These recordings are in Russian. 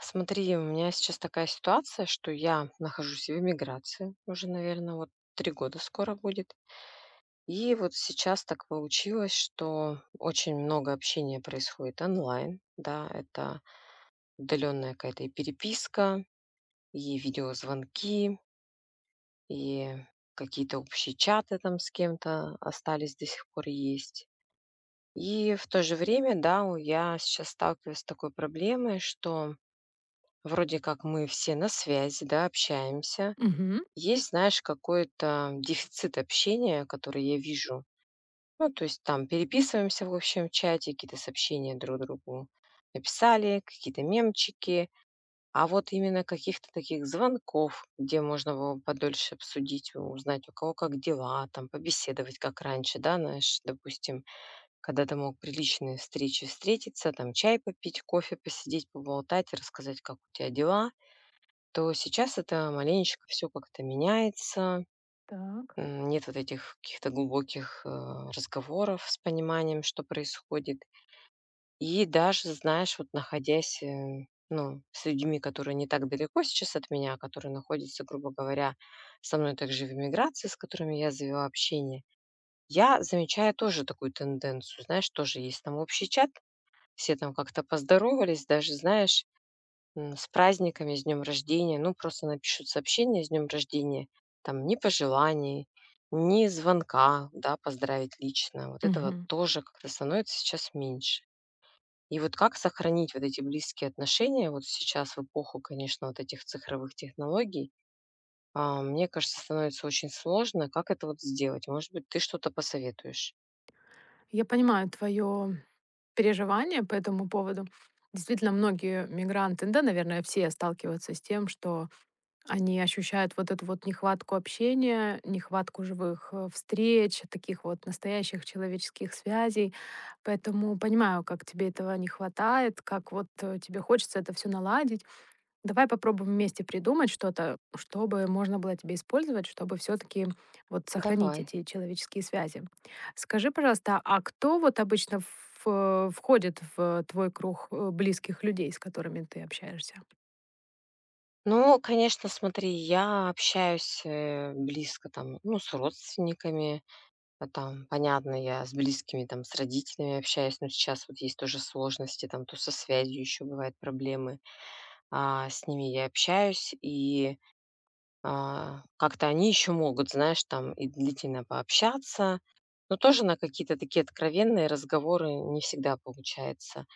Смотри, у меня сейчас такая ситуация, что я нахожусь в эмиграции уже, наверное, вот 3 года скоро будет. И вот сейчас так получилось, что очень много общения происходит онлайн. Да, это удаленная какая-то, и переписка, и видеозвонки, и какие-то общие чаты там с кем-то остались, до сих пор есть. И в то же время, да, я сейчас сталкиваюсь с такой проблемой, что вроде как мы все на связи, да, общаемся. Мгм. Есть, знаешь, какой-то дефицит общения, который я вижу. Ну, то есть там переписываемся в общем чате, какие-то сообщения друг другу написали, какие-то мемчики. А вот именно каких-то таких звонков, где можно было подольше обсудить, узнать, у кого как дела, там побеседовать, как раньше, да, знаешь, допустим, когда ты мог приличные встречи встретиться, там чай попить, кофе посидеть, поболтать, рассказать, как у тебя дела, то сейчас это маленечко все как-то меняется. Так. Нет вот этих каких-то глубоких, разговоров с пониманием, что происходит. И даже, знаешь, вот находясь, ну, с людьми, которые не так далеко сейчас от меня, а которые находятся, грубо говоря, со мной также в эмиграции, с которыми я завела общение, я замечаю тоже такую тенденцию. Знаешь, тоже есть там общий чат, все там как-то поздоровались, даже, знаешь, с праздниками, с днем рождения. Ну, просто напишут сообщение с днем рождения. Там ни пожеланий, ни звонка, да, поздравить лично. Вот этого Мгм. тоже как-то становится сейчас меньше. И вот как сохранить вот эти близкие отношения вот сейчас, в эпоху, конечно, вот этих цифровых технологий, а, мне кажется, становится очень сложно. Как это вот сделать? Может быть, ты что-то посоветуешь? Я понимаю твое переживание по этому поводу. Действительно, многие мигранты, да, наверное, все сталкиваются с тем, что они ощущают вот эту вот нехватку общения, нехватку живых встреч, таких вот настоящих человеческих связей. Поэтому понимаю, как тебе этого не хватает, как вот тебе хочется это все наладить. Давай попробуем вместе придумать что-то, чтобы можно было тебе использовать, чтобы все-таки вот сохранить Давай. эти человеческие связи. Скажи, пожалуйста, а кто вот обычно входит в твой круг близких людей, с которыми ты общаешься? Ну, конечно, смотри, я общаюсь, близко там, ну, с родственниками. А там, понятно, я с близкими, там, с родителями общаюсь, но сейчас вот есть тоже сложности, там, то со связью еще бывают проблемы. А, с ними я общаюсь, и, а, как-то они еще могут, знаешь, там и длительно пообщаться, но тоже на какие-то такие откровенные разговоры не всегда получается.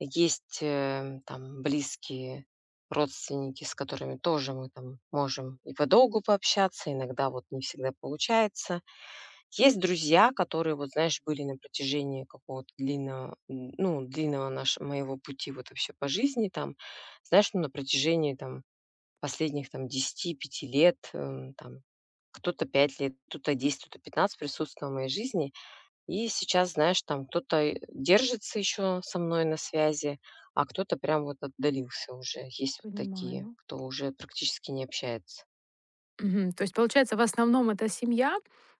Есть, там, близкие родственники, с которыми тоже мы там можем и подолгу пообщаться, иногда вот не всегда получается. Есть друзья, которые, вот знаешь, были на протяжении какого-то длинного, ну, длинного нашего моего пути вот вообще по жизни там. Знаешь, ну, на протяжении там последних там десяти пяти лет, там кто-то 5 лет, кто-то 10, кто-то 15 присутствовал в моей жизни. И сейчас, знаешь, там кто-то и держится еще со мной на связи, а кто-то прям вот отдалился уже. Есть вот такие, Понимаю. кто уже практически не общается. Мгм. То есть, получается, в основном это семья,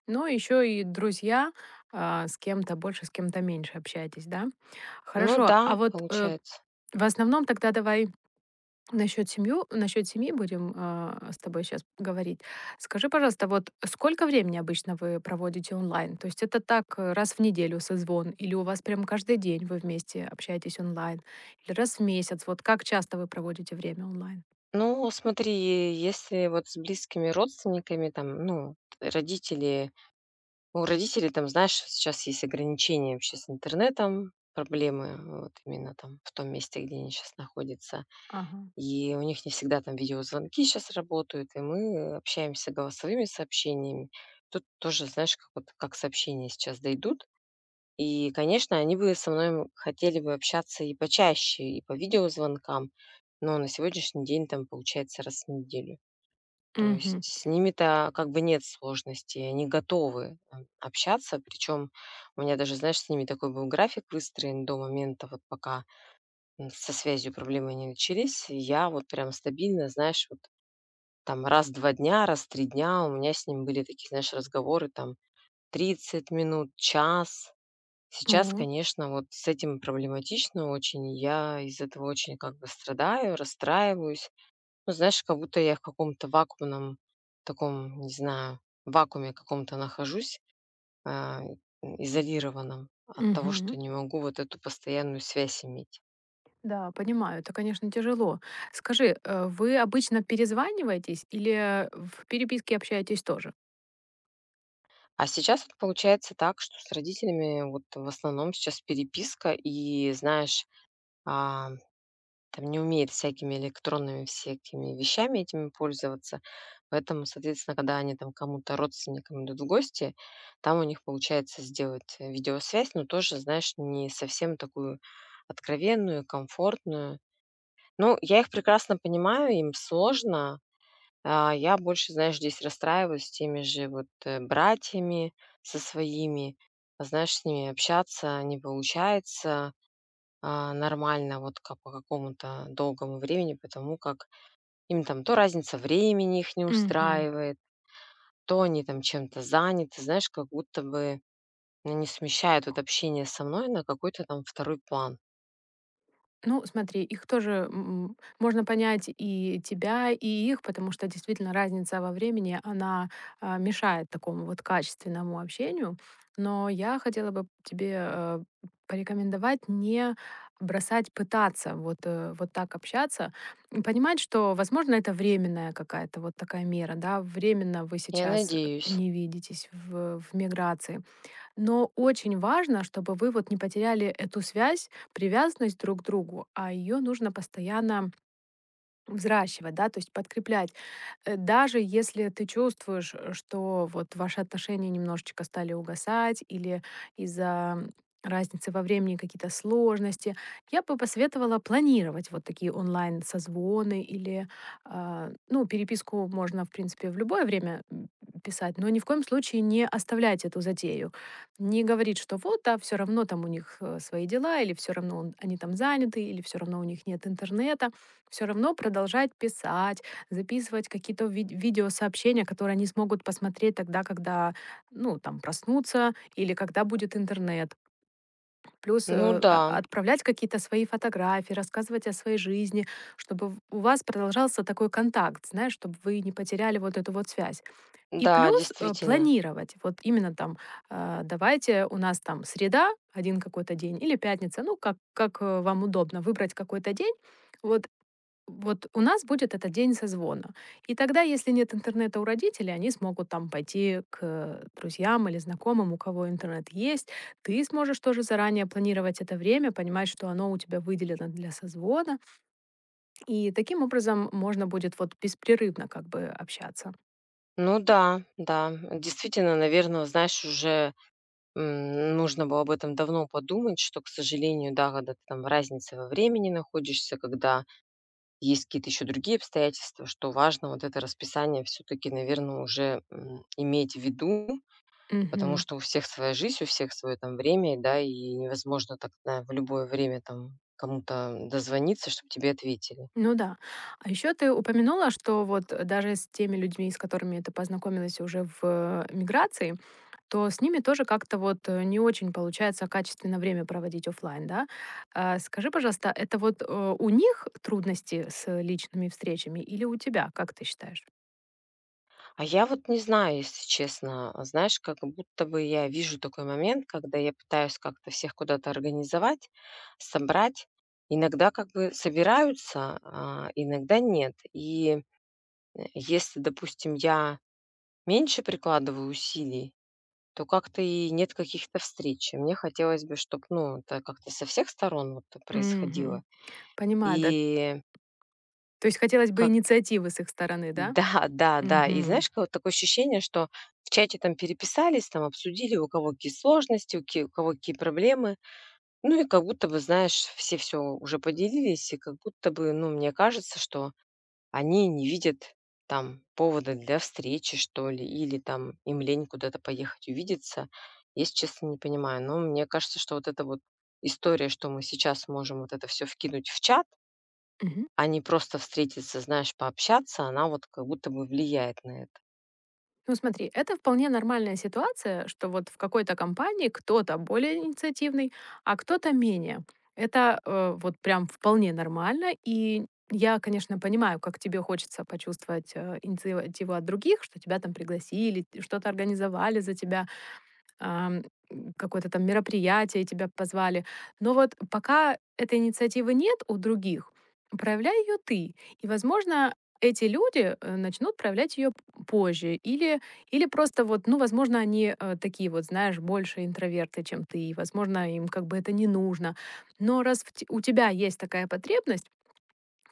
но еще и друзья, с кем-то больше, с кем-то меньше общаетесь, да? Ну Хорошо. А да, вот получается. в основном тогда давай, насчет семьи будем с тобой сейчас говорить. Скажи, пожалуйста, вот сколько времени обычно вы проводите онлайн? То есть это так раз в неделю созвон, или у вас прям каждый день вы вместе общаетесь онлайн, или раз в месяц? Вот как часто вы проводите время онлайн? Ну, смотри, если вот с близкими родственниками, там, ну, родители, у родителей там, знаешь, сейчас есть ограничения вообще с интернетом, проблемы вот именно там в том месте, где они сейчас находятся. Ага. И у них не всегда там видеозвонки сейчас работают, и мы общаемся голосовыми сообщениями. Тут тоже, знаешь, как, вот, как сообщения сейчас дойдут. И, конечно, они бы со мной хотели бы общаться и почаще, и по видеозвонкам, но на сегодняшний день там получается раз в неделю. То есть Мгм. с ними-то как бы нет сложностей, они готовы, общаться. Причем у меня даже, знаешь, с ними такой был график выстроен до момента, вот пока, со связью проблемы не начались. И я вот прям стабильно, знаешь, вот там раз в 2 дня, раз в 3 дня у меня с ним были такие, знаешь, разговоры там 30 минут, час. Сейчас, О, конечно, вот с этим проблематично очень. Я из этого очень как бы страдаю, расстраиваюсь. Ну, знаешь, как будто я в каком-то вакуумном таком, не знаю, вакууме каком-то нахожусь, а, изолированном от того, что мгм. не могу вот эту постоянную связь иметь. Да, понимаю, это, конечно, тяжело. Скажи, вы обычно перезваниваетесь или в переписке общаетесь тоже? А сейчас вот получается так, что с родителями вот в основном сейчас переписка, и, знаешь, а, там не умеет всякими электронными всякими вещами этими пользоваться. Поэтому, соответственно, когда они там кому-то, родственникам, идут в гости, там у них получается сделать, видеосвязь, но тоже, знаешь, не совсем такую откровенную, комфортную. Ну, я их прекрасно понимаю, им сложно. А, я больше, знаешь, здесь расстраиваюсь с теми же вот, братьями, со своими. Знаешь, с ними общаться не получается, а, нормально вот как по какому-то долгому времени, потому как им там то разница времени их не Мгм. устраивает, то они там чем-то заняты, знаешь, как будто бы они смещают вот общение со мной на какой-то там второй план. Ну, смотри, их тоже можно понять и тебя, и их, потому что действительно разница во времени, она мешает такому вот качественному общению. Но я хотела бы тебе порекомендовать не бросать пытаться вот, вот так общаться. И понимать, что, возможно, это временная какая-то вот такая мера, да, временно вы Я сейчас надеюсь. не видитесь в миграции. Но очень важно, чтобы вы вот не потеряли эту связь, привязанность друг к другу, а ее нужно постоянно взращивать, да, то есть подкреплять. Даже если ты чувствуешь, что вот ваши отношения немножечко стали угасать или из-за м, разницы во времени какие-то сложности, я бы посоветовала планировать вот такие онлайн-созвоны или, ну, переписку можно, в принципе, в любое время писать, но ни в коем случае не оставлять эту затею. Не говорить, что вот, а все равно там у них свои дела, или все равно они там заняты, или все равно у них нет интернета. Все равно продолжать писать, записывать какие-то ви видеосообщения, которые они смогут посмотреть тогда, когда, ну, там, проснутся или когда будет интернет. Плюс, Ну да, отправлять какие-то свои фотографии, рассказывать о своей жизни, чтобы в у вас продолжался такой контакт, знаешь, чтобы вы не потеряли вот эту вот связь. И да, плюс, действительно. планировать. Вот именно там, давайте у нас там один какой-то день или пятница, ну, как, вам удобно, выбрать какой-то день. Вот вот у нас будет этот день созвона. И тогда, если нет интернета у родителей, они смогут там пойти к друзьям или знакомым, у кого интернет есть. Ты сможешь тоже заранее планировать это время, понимать, что оно у тебя выделено для созвона. И таким образом можно будет вот беспрерывно как бы общаться. Ну да, да, действительно, наверное, знаешь, уже, нужно было об этом давно подумать, что, к сожалению, да, когда ты там разница во времени находишься, когда есть какие-то еще другие обстоятельства, что важно вот это расписание все-таки, наверное, уже, иметь в виду, потому Мгм. что у всех своя жизнь, у всех свое там время, да, и невозможно так в любое время там кому-то дозвониться, чтобы тебе ответили. Ну да. А еще ты упомянула, что вот даже с теми людьми, с которыми ты познакомилась уже в миграции, то с ними тоже как-то вот не очень получается качественно время проводить оффлайн, да. А, скажи, пожалуйста, это вот у них трудности с личными встречами или у тебя, как ты считаешь? А я вот не знаю, если честно, а, знаешь, как будто бы я вижу такой момент, когда я пытаюсь как-то всех куда-то организовать, собрать, иногда как бы собираются, а иногда нет. И, если, допустим, я меньше прикладываю усилий, то как-то и нет каких-то встреч. И мне хотелось бы, чтобы, ну, это как-то со всех сторон вот это происходило. Мгм. Понимаю, да. И То есть хотелось бы как инициативы с их стороны, да? да, да, да. И Мгм. знаешь, как вот такое ощущение, что в чате там переписались, там обсудили, у кого какие сложности, у, у кого какие проблемы. Ну и как будто бы, знаешь, все уже поделились, и как будто бы, ну, мне кажется, что они не видят там повода для встречи, что ли, или там им лень куда-то поехать увидеться. Я, если честно, не понимаю. Но мне кажется, что вот эта вот история, что мы сейчас можем вот это все вкинуть в чат, Мгм. а не просто встретиться, знаешь, пообщаться, она вот как будто бы влияет на это. Ну смотри, это вполне нормальная ситуация, что вот в какой-то компании кто-то более инициативный, а кто-то менее. Это вот прям вполне нормально. И я, конечно, понимаю, как тебе хочется почувствовать инициативу от других, что тебя там пригласили, что-то организовали за тебя, ам, какое-то там мероприятие, и тебя позвали. Но вот пока этой инициативы нет у других, проявляй ее ты. И, возможно, эти люди начнут проявлять ее позже. Или, просто вот, ну, возможно, они такие вот, знаешь, больше интроверты, чем ты. И, возможно, им как бы это не нужно. Но раз у тебя есть такая потребность,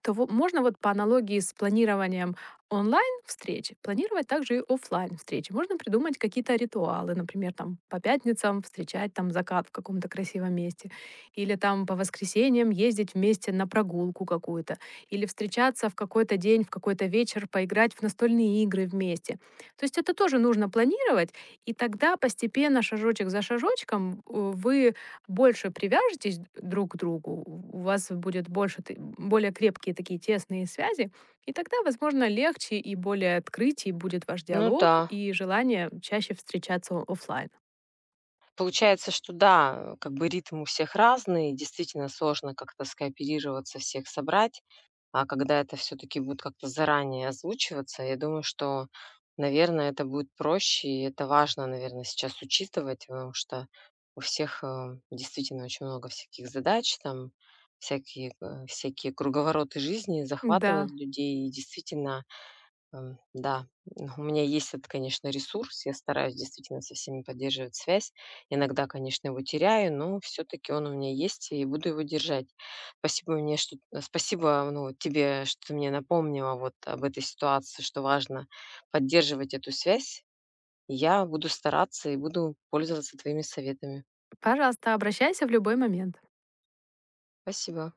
то во можно вот по аналогии с планированием онлайн-встреч планировать также и оффлайн-встречи. Можно придумать какие-то ритуалы, например, там по пятницам встречать там закат в каком-то красивом месте, или там по воскресеньям ездить вместе на прогулку какую-то, или встречаться в какой-то день, в какой-то вечер, поиграть в настольные игры вместе. То есть это тоже нужно планировать, и тогда постепенно, шажочек за шажочком, вы больше привяжетесь друг к другу, у вас будет больше ты более крепкие такие тесные связи, и тогда, возможно, легче и более открытий будет ваш Ну да, диалог и желание чаще встречаться о оффлайн. получается, что да, как бы ритм у всех разный, действительно сложно как-то скооперироваться, всех собрать. А когда это все таки будет как-то заранее озвучиваться, я думаю, что, наверное, это будет проще, и это важно, наверное, сейчас учитывать, потому что у всех, действительно очень много всяких задач, там всякие, всякие круговороты жизни Да, захватывают людей. И действительно, ам, да, у меня есть этот, конечно, ресурс. Я стараюсь действительно со всеми поддерживать связь. Иногда, конечно, его теряю, но все-таки он у меня есть, и буду его держать. Спасибо мне, что, спасибо, ну, вот тебе, что ты мне напомнила вот об этой ситуации, что важно поддерживать эту связь. Я буду стараться и буду пользоваться твоими советами. пожалуйста, обращайся в любой момент. Спасибо.